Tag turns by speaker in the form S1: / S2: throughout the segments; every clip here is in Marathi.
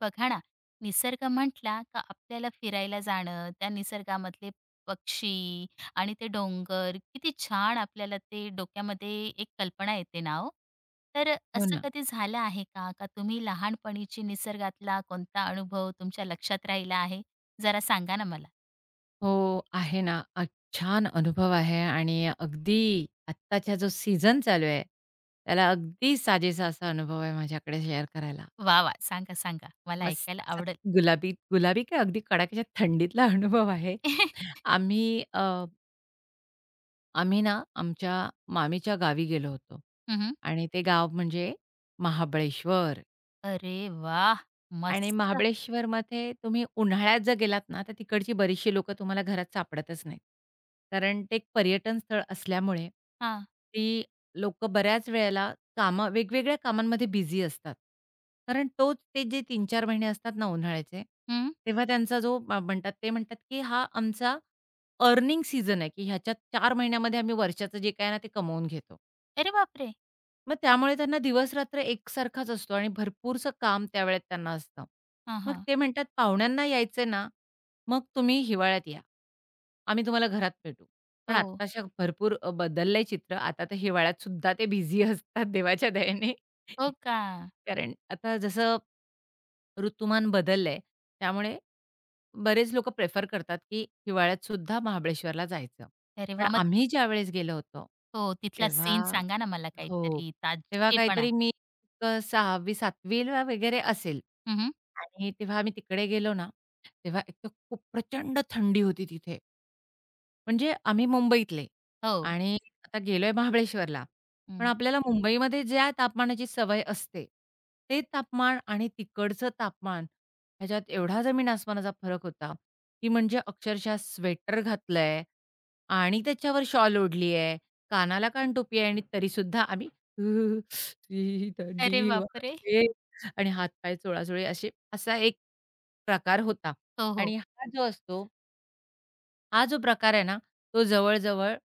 S1: बघा ना, निसर्ग म्हटला का आपल्याला फिरायला जाणं, त्या निसर्गामधले पक्षी आणि ते डोंगर किती छान आपल्याला ते डोक्यामध्ये एक कल्पना येते ना हो. तर
S2: हो
S1: असं
S2: ना.
S1: कधी झालं आहे का, का तुम्ही लहानपणीची निसर्गातला कोणता अनुभव तुमच्या लक्षात राहिला आहे? जरा सांगा ना मला.
S2: हो, आहे ना. छान अनुभव आहे आणि अगदी आत्ताचा जो सीझन चालू आहे, त्याला अगदी साजेसा असा अनुभव आहे माझ्याकडे शेअर करायला.
S1: वाह! वाह! सांगा, सांगा. मला
S2: मस्त
S1: ऐकायला
S2: असा
S1: आवडेल.
S2: गुलाबी गुलाबी काय अगदी कडाक्याच्या थंडीतला अनुभव आहे. आम्ही अ, आम्ही ना आमच्या मामीच्या गावी गेलो होतो
S1: हं,
S2: आणि ते गाव म्हणजे महाबळेश्वर.
S1: अरे वाह!
S2: आणि
S1: मस्त.
S2: महाबळेश्वरमध्ये तुम्ही उन्हाळ्यात जर गेलात ना, तर तिकडची बरीचशी लोकं तुम्हाला घरात सापडतच नाहीत. कारण ते एक पर्यटन स्थळ असल्यामुळे
S1: हां.
S2: ती लोकं बऱ्याच वेळेला कामं वेगवेगळ्या कामांमध्ये बिझी असतात. कारण तोच ते जे 3-4 महिने असतात ना उन्हाळ्याचे,
S1: हं.
S2: तेव्हा त्यांचा जो म्हणतात ते म्हणतात, की हा आमचा अर्निंग सीझन आहे, की ह्याच्यात 4 महिन्यामध्ये आम्ही वर्षाचं जे काही आहे ना, ते कमवून घेतो.
S1: अरे बापरे!
S2: मग त्यामुळे त्यांना दिवस-रात्र एकसारखाच असतो आणि भरपूरसं काम त्यावेळेत त्यांना असतं.
S1: हां,
S2: मग
S1: हां.
S2: ते म्हणतात, "पाहुण्यांना यायचंय ना, मग तुम्ही हिवाळ्यात या. आम्ही तुम्हाला घरात भेटू." पण
S1: हो.
S2: आत्ताशा भरपूर बदललंय चित्र. आता तर हिवाळ्यात सुद्धा ते बिझी असतात देवाच्या दयेने.
S1: हो का?
S2: कारण आता जसं ऋतुमान बदललंय, त्यामुळे बरेच लोकं प्रेफर करतात, की हिवाळ्यात सुद्धा महाबळेश्वरला जायचं.
S1: अरे
S2: पण
S1: वाह!
S2: आम्ही ज्यावेळेस गेलो होतो,
S1: हो, तिथला
S2: तेव्हा
S1: सीन सांगा ना मला
S2: हो.
S1: काहीतरी
S2: तेव्हा
S1: ताजेपणा.
S2: काहीतरी मी 6वी-7वी ला वगैरे असेल
S1: हं, हं.
S2: आणि तेव्हा आम्ही तिकडे गेलो ना, तेव्हा एक तर खूप प्रचंड थंडी होती तिथे. म्हणजे आम्ही मुंबईतले
S1: हो.
S2: आणि आता गेलोय महाबळेश्वरला. पण
S1: हं.
S2: आपल्याला मुंबईमध्ये ज्या तापमानाची सवय असते, ते तापमान आणि तिकडचं तापमान ह्याच्यात एवढा जमीन आसमानाचा फरक होता, की म्हणजे अक्षरशः स्वेटर घातलंय आणि त्याच्यावर शॉल ओढली आहे, कानाला कानटोपी आहे आणि तरीसुद्धा आम्ही "हुहुहु, ही
S1: अरे
S2: थंडी
S1: बापरे!
S2: वाजते आणि हात चोळाचोळी असे असा एक प्रकार होता
S1: हो, हो.
S2: आणि हा जो असतो हा जो प्रकार आहे ना, तो जवळ-जवळ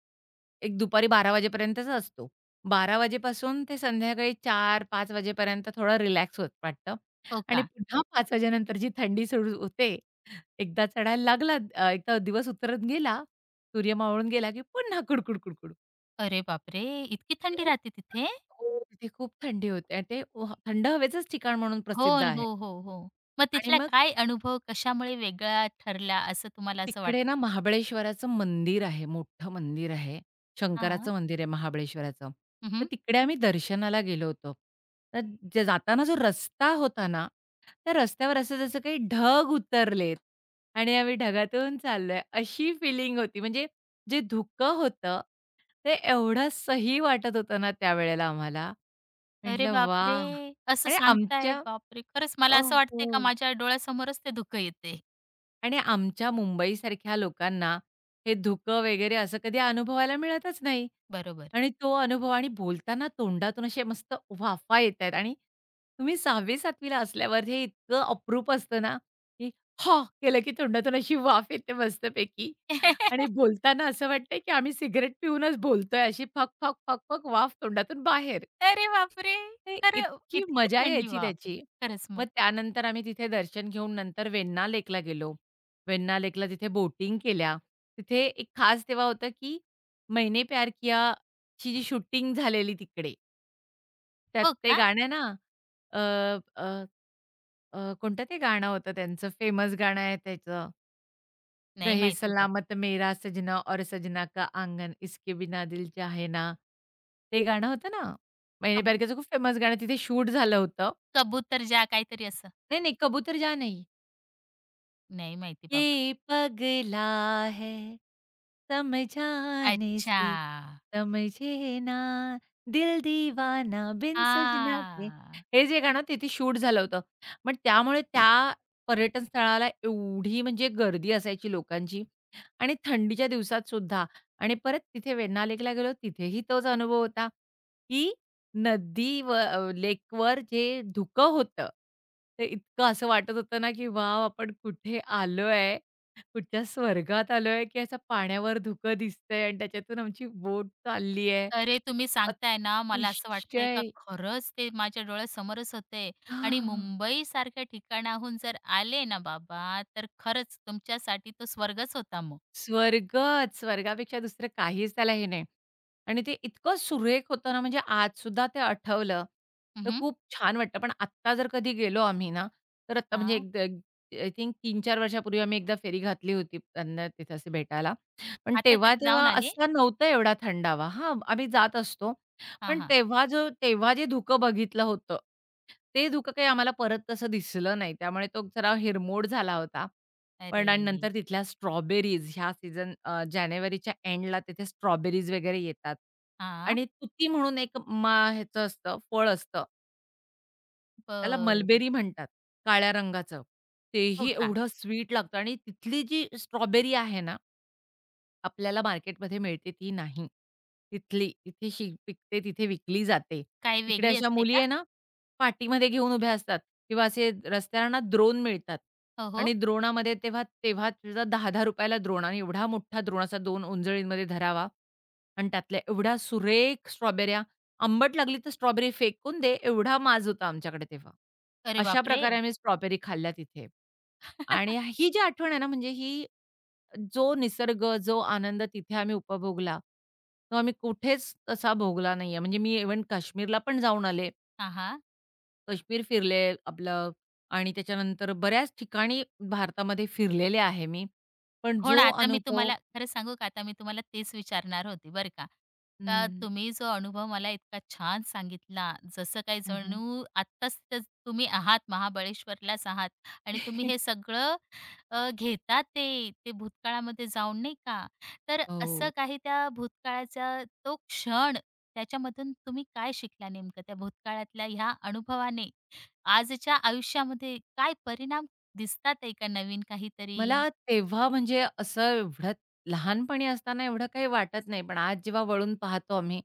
S2: एक दुपारी 12 वाजेपर्यंतचा असतो. 12 वाजेपासून ते संध्याकाळी 4-5 वाजेपर्यंत थोडा रिलॅक्स होत वाटतं
S1: हो
S2: आणि
S1: का?
S2: पुन्हा 5 वाजेनंतर जी थंडी सुरू होते, एकदा चढायला लागला एकदा दिवस उतरत गेला, सूर्य मावळून गेला, की पुन्हा कुडकुड, कुडकुड.
S1: अरे बापरे! इतकी थंडी
S2: आणि
S1: राहते तिथे?
S2: हो, तिथे खूप थंडी होते आणि ते थंड हवेचंच ठिकाण म्हणून
S1: हो,
S2: प्रसिद्ध आहे.
S1: हो, हो, हो. मग
S2: आणि
S1: तिथला
S2: मग
S1: काय अनुभव कशामुळे वेगळा ठरला असं तुम्हाला असं
S2: तिकडे ना
S1: वाटतं?
S2: महाबळेश्वराचं मंदिर आहे, मोठं मंदिर आहे.
S1: हां.
S2: शंकराचं मंदिर आहे महाबळेश्वराचं. तर
S1: हं,
S2: तिकडे आम्ही दर्शनाला गेलो होतो. तर जाताना जो रस्ता होता ना, त्या रस्त्यावर असं जसं काही ढग उतरलेत आणि आम्ही ढगातून चाललोय अशी फिलिंग होती. म्हणजे जे धुकं होतं, ते एवढं सही वाटत होतं ना त्यावेळेला आम्हाला.
S1: अरे
S2: म्हटलं वाह!
S1: बापरे! असं
S2: आणि
S1: सांगताय.
S2: आमच्या
S1: बापरे! खरंच मला
S2: ओ
S1: असं वाटतंय का
S2: हो.
S1: माझ्या डोळ्यासमोरच ते धुकं येतंय.
S2: आणि आमच्या मुंबईसारख्या लोकांना हे धुकं वगैरे असं कधी अनुभवायला मिळतच नाही
S1: बरोबर.
S2: आणि तो अनुभव आणि बोलताना तोंडातून असे मस्त वाफा येतायत आणि तुम्ही 6वी-7वी ला असल्यावर हे इतकं अप्रूप असतं ना, की "हां" केलं की तोंडातून अशी वाफ येते मस्तपैकी आणि बोलताना असं वाटतंय की आम्ही सिगारेट पिऊनच बोलतोय अशी फक, फक, फक, फक वाफ तोंडातून बाहेर.
S1: अरे बापरे!
S2: ते
S1: खरं
S2: इतकी
S1: इतकी
S2: मजा
S1: थंडी
S2: यायची त्याची.
S1: बापरे! खरंच
S2: मग
S1: मग.
S2: त्यानंतर आम्ही तिथे दर्शन घेऊन नंतर वेण्णा लेकला गेलो. वेण्णा लेकला तिथे बोटिंग केल्या. तिथे एक खास तेव्हा होतं, की मैंने प्यार किया ची जी शूटिंग झालेली तिकडे. त्यात
S1: हो
S2: ते
S1: का?
S2: गाणं ना अ, अ, अ, कोणतं ते गाणं होतं त्यांचं फेमस गाणं आहे त्याचं.
S1: नाही
S2: रहे
S1: माहिती बाबा.
S2: सलामत मेरा सजना और सजना का आंगन, इसके बिना दिल चाहे ना. ते गाणं होतं ना, मैंने प्यार कियाचं खूप फेमस गाणं तिथे शूट झालं होतं.
S1: कबूतर जा काहीतरी असं?
S2: नाही, नाही, कबूतर जा नहीं.
S1: नाही माहिती
S2: ये
S1: बाबा.
S2: पगला है समझाने
S1: अच्छा.
S2: से समझे ना दिल दीवाना बिन
S1: आ,
S2: सजना के हे जे गाणं तिथे शूट झालं होतं. मग त्यामुळे त्या पर्यटन स्थळाला एवढी म्हणजे गर्दी असायची लोकांची आणि थंडीच्या दिवसात सुद्धा आणि परत तिथे वेण्णा लेकला गेलो तिथेही तोच अनुभव होता, की नदी लेकवर जे धुकं होतं, ते इतकं असं वाटत होतं ना, की "वॉव! आपण कुठे आलोय? कुठच्या स्वर्गात आलोय?" की असं पाण्यावर धुकं दिसतंय आणि त्याच्यातून आमची बोट चालली आहे.
S1: अरे, तुम्ही सांगताय ना, मला असं वाटतंय का
S2: अतिशय
S1: खरंच ते माझ्या डोळ्यासमोरच होतंय आणि
S2: हां.
S1: मुंबईसारख्या ठिकाणाहून जर आले ना बाबा, तर खरंच तुमच्यासाठी तो स्वर्गच होता मग.
S2: स्वर्गच. स्वर्गापेक्षा दुसरं काहीच त्याला हे नाही. आणि ते इतकं सुरेख होतं ना, म्हणजे आजसुद्धा ते आठवलं,
S1: हं,
S2: तर
S1: हं.
S2: खूप छान वाटतं. पण आत्ता जर कधी गेलो आम्ही ना, तर आत्ता म्हणजे
S1: हां.
S2: एक एक आय थिंक 3-4 वर्षापूर्वी आम्ही एकदा फेरी घातली होती त्यांना तिथं असं भेटायला. पण
S1: आता
S2: तेव्हा,
S1: तिथे
S2: तेव्हा
S1: जाऊन आले?
S2: असा नव्हता एवढा थंडावा. हां, आम्ही जात असतो.
S1: हां,
S2: पण
S1: हां.
S2: तेव्हा जे धुकं बघितलं होतं, ते धुकं काही आम्हाला परत तसं दिसलं नाही. त्यामुळे तो जरा हिरमोड झाला होता. पण
S1: अरे!
S2: आणि नंतर तिथल्या स्ट्रॉबेरीज ह्या जानेवारीच्या एंडला तिथे स्ट्रॉबेरीज वगैरे येतात
S1: हां.
S2: आणि तुती म्हणून एक ह्याचं असतं, फळ असतं. त्याला
S1: बरं.
S2: मलबेरी म्हणतात, काळ्या रंगाचं.
S1: हो
S2: तेही
S1: का?
S2: एवढं स्वीट लागतं आणि तिथली जी स्ट्रॉबेरी आहे ना, आपल्याला मार्केटमध्ये मिळते ती नाही. तिथे पिकते, तिथे विकली जाते.
S1: काही
S2: तिकडे
S1: वेगळी
S2: अशा
S1: असते
S2: मुली
S1: का?
S2: आहे ना, पाठीमध्ये घेऊन उभ्या असतात किंवा असे रस्त्यावर ना द्रोण मिळतात
S1: हो, हो.
S2: आणि द्रोणामध्ये तेव्हा तेव्हा सुद्धा ₹10-10 ला द्रोण आणि एवढा मोठा द्रोण असा 2 उंजळींमध्ये धरावा आणि त्यातल्या एवढ्या सुरेख स्ट्रॉबेऱ्या, आंबट लागली तर स्ट्रॉबेरी फेकून दे, एवढा माज होता आमच्याकडे तेव्हा.
S1: अरे
S2: अशा
S1: बापरे!
S2: प्रकारे आम्ही स्ट्रॉबेरी खाल्ल्या तिथे आणि ही जी आठवण आहे ना, म्हणजे ही जो निसर्ग, जो आनंद तिथे आम्ही उपभोगला, तो आम्ही कुठेच तसा भोगला नाहीये. म्हणजे मी इव्हन काश्मीरला पण जाऊन आले.
S1: हां, हां.
S2: काश्मीर फिरले आपलं आणि त्याच्यानंतर बऱ्याच ठिकाणी भारतामध्ये फिरलेले आहे मी. पण
S1: हो
S2: जो
S1: ना, आता मी
S2: अनुभव
S1: तुम्हाला खरं सांगू का, आता मी तुम्हाला तेच विचारणार होते बरं का. का
S2: हं.
S1: तुम्ही जो अनुभव मला इतका छान सांगितला, जसं काही
S2: हं,
S1: जणू आत्ताच तर तुम्ही आहात, महाबळेश्वरलाच आहात आणि तुम्ही हे सगळं घेता ते, ते भूतकाळामध्ये जाऊन नाही का. तर असं
S2: हो.
S1: काही त्या भूतकाळाचा तो क्षण, त्याच्यामधून तुम्ही काय शिकला नेमकं त्या भूतकाळातल्या ह्या अनुभवाने? आजच्या आयुष्यामध्ये काय परिणाम दिसतात आहे का नवीन काहीतरी?
S2: मला तेव्हा म्हणजे असं एवढं लहानपणी असताना एवढं काही वाटत नाही. पण आज जेव्हा वळून पाहतो आम्ही,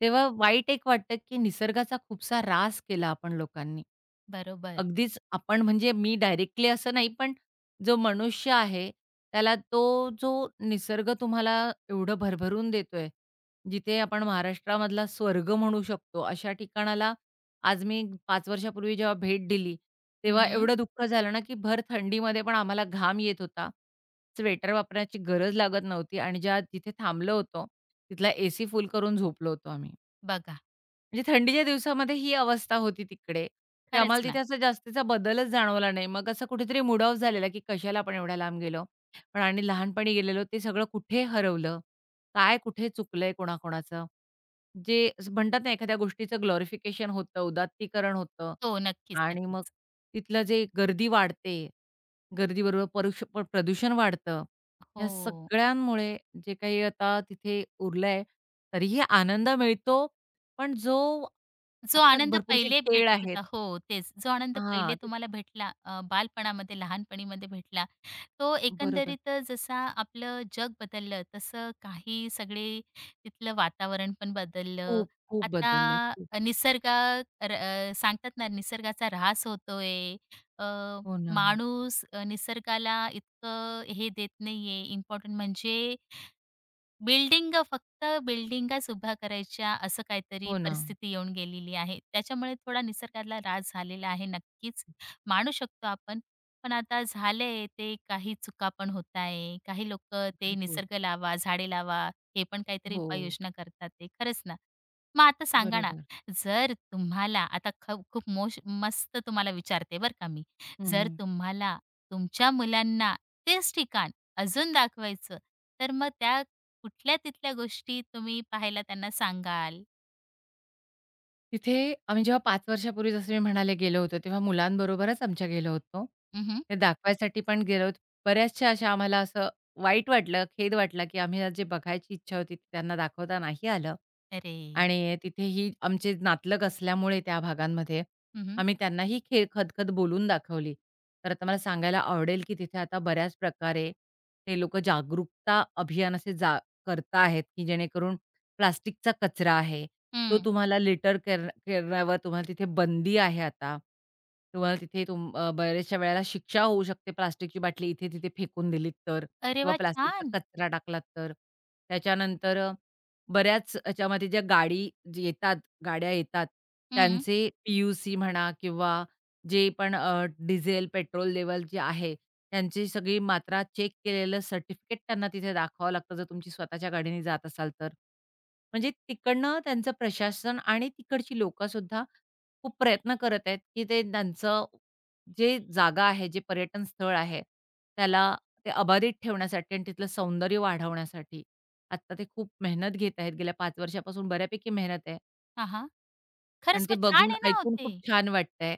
S2: तेव्हा वाईट एक वाटतं, की निसर्गाचा खूपसा ऱ्हास केला आपण लोकांनी.
S1: बरोबर.
S2: अगदीच आपण म्हणजे मी डायरेक्टली असं नाही, पण जो मनुष्य आहे, त्याला तो जो निसर्ग तुम्हाला एवढं भरभरून देतोय, जिथे आपण महाराष्ट्रामधला स्वर्ग म्हणू शकतो, अशा ठिकाणाला आज मी 5 वर्षापूर्वी जेव्हा भेट दिली, तेव्हा
S1: हं.
S2: एवढं दुःख झालं ना, की भर थंडीमध्ये पण आम्हाला घाम येत होता. स्वेटर वापरण्याची गरज लागत नव्हती आणि ज्या जिथे थांबलो होतो, तिथला एसी फुल करून झोपलो होतो आम्ही.
S1: बघा.
S2: म्हणजे थंडीच्या दिवसामध्ये ही अवस्था होती तिकडे, की
S1: खरंच
S2: आम्हाला तिथे
S1: ना.
S2: असा जास्तीचा बदलच जाणवला नाही. मग असं कुठेतरी मूड ऑफ झालेला, की कशाला आपण एवढ्या लांब गेलो. पण आणि लहानपणी गेलेलो ते सगळं कुठे हरवलं? काय कुठे चुकलंय कोणाकोणाचं? जे असं म्हणतात ना एखाद्या गोष्टीचं ग्लोरिफिकेशन होतं, उदात्तीकरण होतं
S1: हो, नक्कीच,
S2: आणि मग
S1: नक्कीच.
S2: तिथलं जे गर्दी वाढते, गर्दीबरोबर परुष प प्रदूषण वाढतं. या
S1: हो.
S2: सगळ्यांमुळे जे काही आता तिथे उरलंय, तरीही आनंद मिळतो पण जो
S1: जो
S2: आता
S1: आनंद
S2: भरपूरसे
S1: पहिले
S2: खेळ
S1: भेटत
S2: आहेत
S1: होता हो, तेच. जो आनंद पहिले
S2: हां, ते
S1: तुम्हाला भेटला बालपणामध्ये, लहानपणीमध्ये भेटला, तो
S2: बरोबर.
S1: एकंदरीत जसा आपलं जग बदललं, तसं काही सगळे तिथलं वातावरण पण बदललं.
S2: खूप, खूप बदललंय.
S1: आता
S2: खूप.
S1: निसर्ग र सांगतात ना, निसर्गाचा ऱ्हास होतोय. अ,
S2: हो ना,
S1: माणूस निसर्गाला इतकं हे देत नाहीये, इम्पोर्टंट म्हणजे बिल्डिंग फक्त बिल्डिंगाच उभ्या करायच्या असं काहीतरी
S2: हो ना.
S1: परिस्थिती येऊन गेलेली आहे. त्याच्यामुळे थोडा निसर्गाला ऱ्हास झालेला आहे नक्कीच, मानू शकतो आपण. पण आता झालंय ते काही चुका पण होत आहे. काही लोकं ते
S2: भरपूर.
S1: निसर्ग लावा, झाडे लावा, हे पण काहीतरी
S2: हो,
S1: उपाययोजना करतात ते. खरंच ना. मग आता सांगा ना,
S2: बरोबर.
S1: जर तुम्हाला आता खूप मस्त तुम्हाला विचारते बरं का मी.
S2: हं,
S1: जर
S2: हं.
S1: तुम्हाला तुमच्या मुलांना तेच ठिकाण अजून दाखवायचं, तर मग त्या कुठल्या तिथल्या गोष्टी तुम्ही पाहायला त्यांना सांगाल?
S2: तिथे आम्ही जेव्हा 5 वर्षापूर्वी जसं मी म्हणाले गेलो होतो, तेव्हा मुलांबरोबरच आमच्या गेलो होतो.
S1: हं,
S2: ते दाखवायसाठी पण गेलो होतो. बऱ्याचशा अशा आम्हाला असं वाईट वाटलं, खेद वाटला, की आम्ही जे बघायची इच्छा होती, ती त्यांना दाखवता नाही आलं.
S1: अरे!
S2: आणि तिथेही आमचे नातलग असल्यामुळे त्या भागांमध्ये,
S1: हं, हं.
S2: आम्ही त्यांनाही खदखद बोलून दाखवली. तर आता मला सांगायला आवडेल, की तिथे आता बऱ्याच प्रकारे ते लोकं जागरूकता अभियान असे करताहेत, की जेणेकरून प्लास्टिकचा कचरा आहे, तो तुम्हाला लिटर करण्यावर तुम्हाला तिथे बंदी आहे आता. तुम्हाला तिथे बऱ्याचशा वेळेला शिक्षा होऊ शकते प्लास्टिकची बाटली इथे-तिथे फेकून दिलीत तर
S1: अरे
S2: किंवा
S1: वा छान.
S2: प्लास्टिकचा कचरा टाकलात तर. त्याच्यानंतर बऱ्याच याच्यामध्ये ज्या गाडी जे येतात, गाड्या येतात,
S1: हं.
S2: त्यांचे पी-यू-सी म्हणा किंवा जे पण डिझेल, पेट्रोल लेव्हल जे आहे, त्यांची सगळी मात्रा चेक केलेलं सर्टिफिकेट त्यांना तिथे दाखवावं लागतं, जर तुमची स्वतःच्या गाडीने जात असाल तर. म्हणजे तिकडनं त्यांचं प्रशासन आणि तिकडची लोकंसुद्धा खूप प्रयत्न करत आहेत, की ते त्यांचं जे जागा आहे, जे पर्यटन स्थळ आहे, त्याला ते अबाधित ठेवण्यासाठी आणि तिथलं सौंदर्य वाढवण्यासाठी. आत्ता ते खूप मेहनत घेत आहेत. गेल्या 5 वर्षापासून बऱ्यापैकी मेहनत आहे
S1: हां, हां.
S2: आणि
S1: खरंच
S2: ते
S1: मग छान
S2: बघून,
S1: आहे ना
S2: ऐकून
S1: होते,
S2: खूप छान वाटतंय,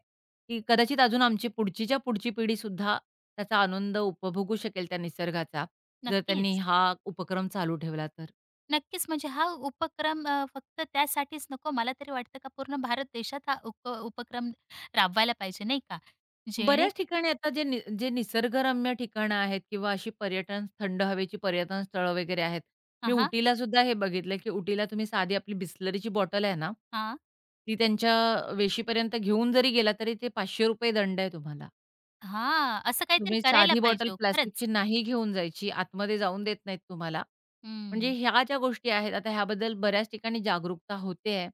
S2: की कदाचित अजून आमची पुढचीच्या पुढची पिढीसुद्धा त्याचा आनंद उपभोगू शकेल त्या निसर्गाचा, जर त्यांनी
S1: नक्कीच.
S2: हा उपक्रम चालू ठेवला तर.
S1: नक्कीच म्हणजे हा उपक्रम फक्त त्यासाठीच नको मला तरी वाटतं का पूर्ण भारत देशात हा उपक्रम राबवायला पाहिजे नाही का? जेणे
S2: बऱ्याच ठिकाणी आता जे निसर्गरम्य ठिकाणं आहेत किंवा अशी पर्यटन थंड हवेची पर्यटन स्थळं वगैरे आहेत.
S1: हां,
S2: मी
S1: हां.
S2: उटीला सुद्धा हे बघितलं, की उटीला तुम्ही साधी आपली बिसलरीची बॉटल आहे ना,
S1: हां.
S2: ती त्यांच्या वेशीपर्यंत घेऊन जरी गेला तरी ते ₹500 दंड आहे तुम्हाला.
S1: हां. असं काहीतरी
S2: तुम्ही
S1: करायला
S2: साधी बॉटल
S1: पाहिजे हो खरंच.
S2: प्लास्टिकची नाही घेऊन जायची. आतमध्ये जाऊन देत नाहीत तुम्हाला. म्हणजे
S1: हं.
S2: ह्या ज्या गोष्टी आहेत, आता ह्याबद्दल बऱ्याच ठिकाणी जागरूकता होते आहे.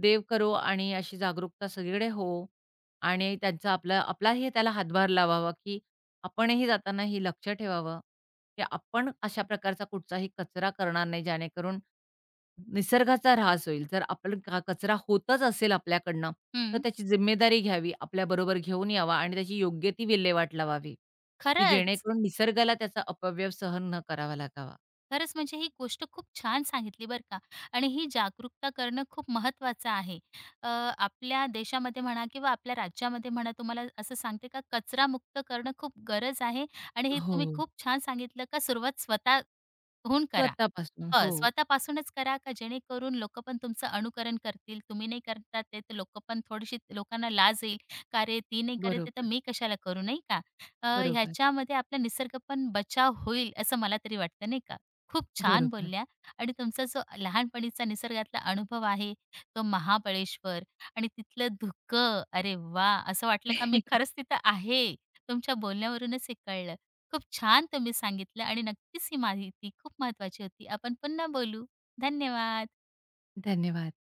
S2: देव करो आणि अशी जागरूकता सगळीकडे हो. आणि त्यांचा आपला आपलाही त्याला हातभार लावावा, की आपणही जाताना हे लक्ष ठेवावं, की आपण अशा प्रकारचा कुठचाही कचरा करणार नाही, जेणेकरून निसर्गाचा ऱ्हास होईल. जर आपण का कचरा होतच असेल आपल्याकडनं, तर
S1: हं.
S2: त्याची जिम्मेदारी घ्यावी, आपल्याबरोबर घेऊन यावा आणि त्याची योग्य ती विल्हेवाट लावावी, की
S1: खरंच.
S2: जेणेकरून निसर्गाला त्याचा अपव्यय सहन न करावा लागावा.
S1: खरंच म्हणजे ही गोष्ट खूप छान सांगितली बरं का आणि ही जागरूकता करणं खूप महत्त्वाचं आहे. अ, आपल्या देशामध्ये म्हणा किंवा आपल्या राज्यामध्ये म्हणा तुम्हाला असं सांगते का कचरामुक्त करणं खूप गरज आहे आणि हे
S2: हो.
S1: तुम्ही खूप छान सांगितलं का सुरुवात स्वतःहून करा.
S2: स्वतःपासून. हो.
S1: स्वतःपासूनच करा का जेणेकरून लोकं पण तुमचं अनुकरण करतील? तुम्ही नाही करता ते तर लोकं पण थोडीशी लोकांना लाज येईल. का रे, ती नाही करत आहे तर
S2: बरोबर,
S1: मी कशाला करू, नाही का?
S2: बरोबर,
S1: ह्याच्यामध्ये आपला निसर्ग पण बचाव होईल असं मला तरी वाटतं, नाही का? खूप छान
S2: बरोबर.
S1: बोलल्या आणि तुमचा जो लहानपणीचा निसर्गातला अनुभव आहे, तो महाबळेश्वर आणि तिथलं धुकं, अरे वाह! असं वाटलं का मी खरंच तिथं आहे. तुमच्या बोलण्यावरूनच हे कळलं. खूप छान तुम्ही सांगितलं आणि नक्कीच ही माहिती खूप महत्वाची होती. आपण पुन्हा बोलू. धन्यवाद.
S2: धन्यवाद.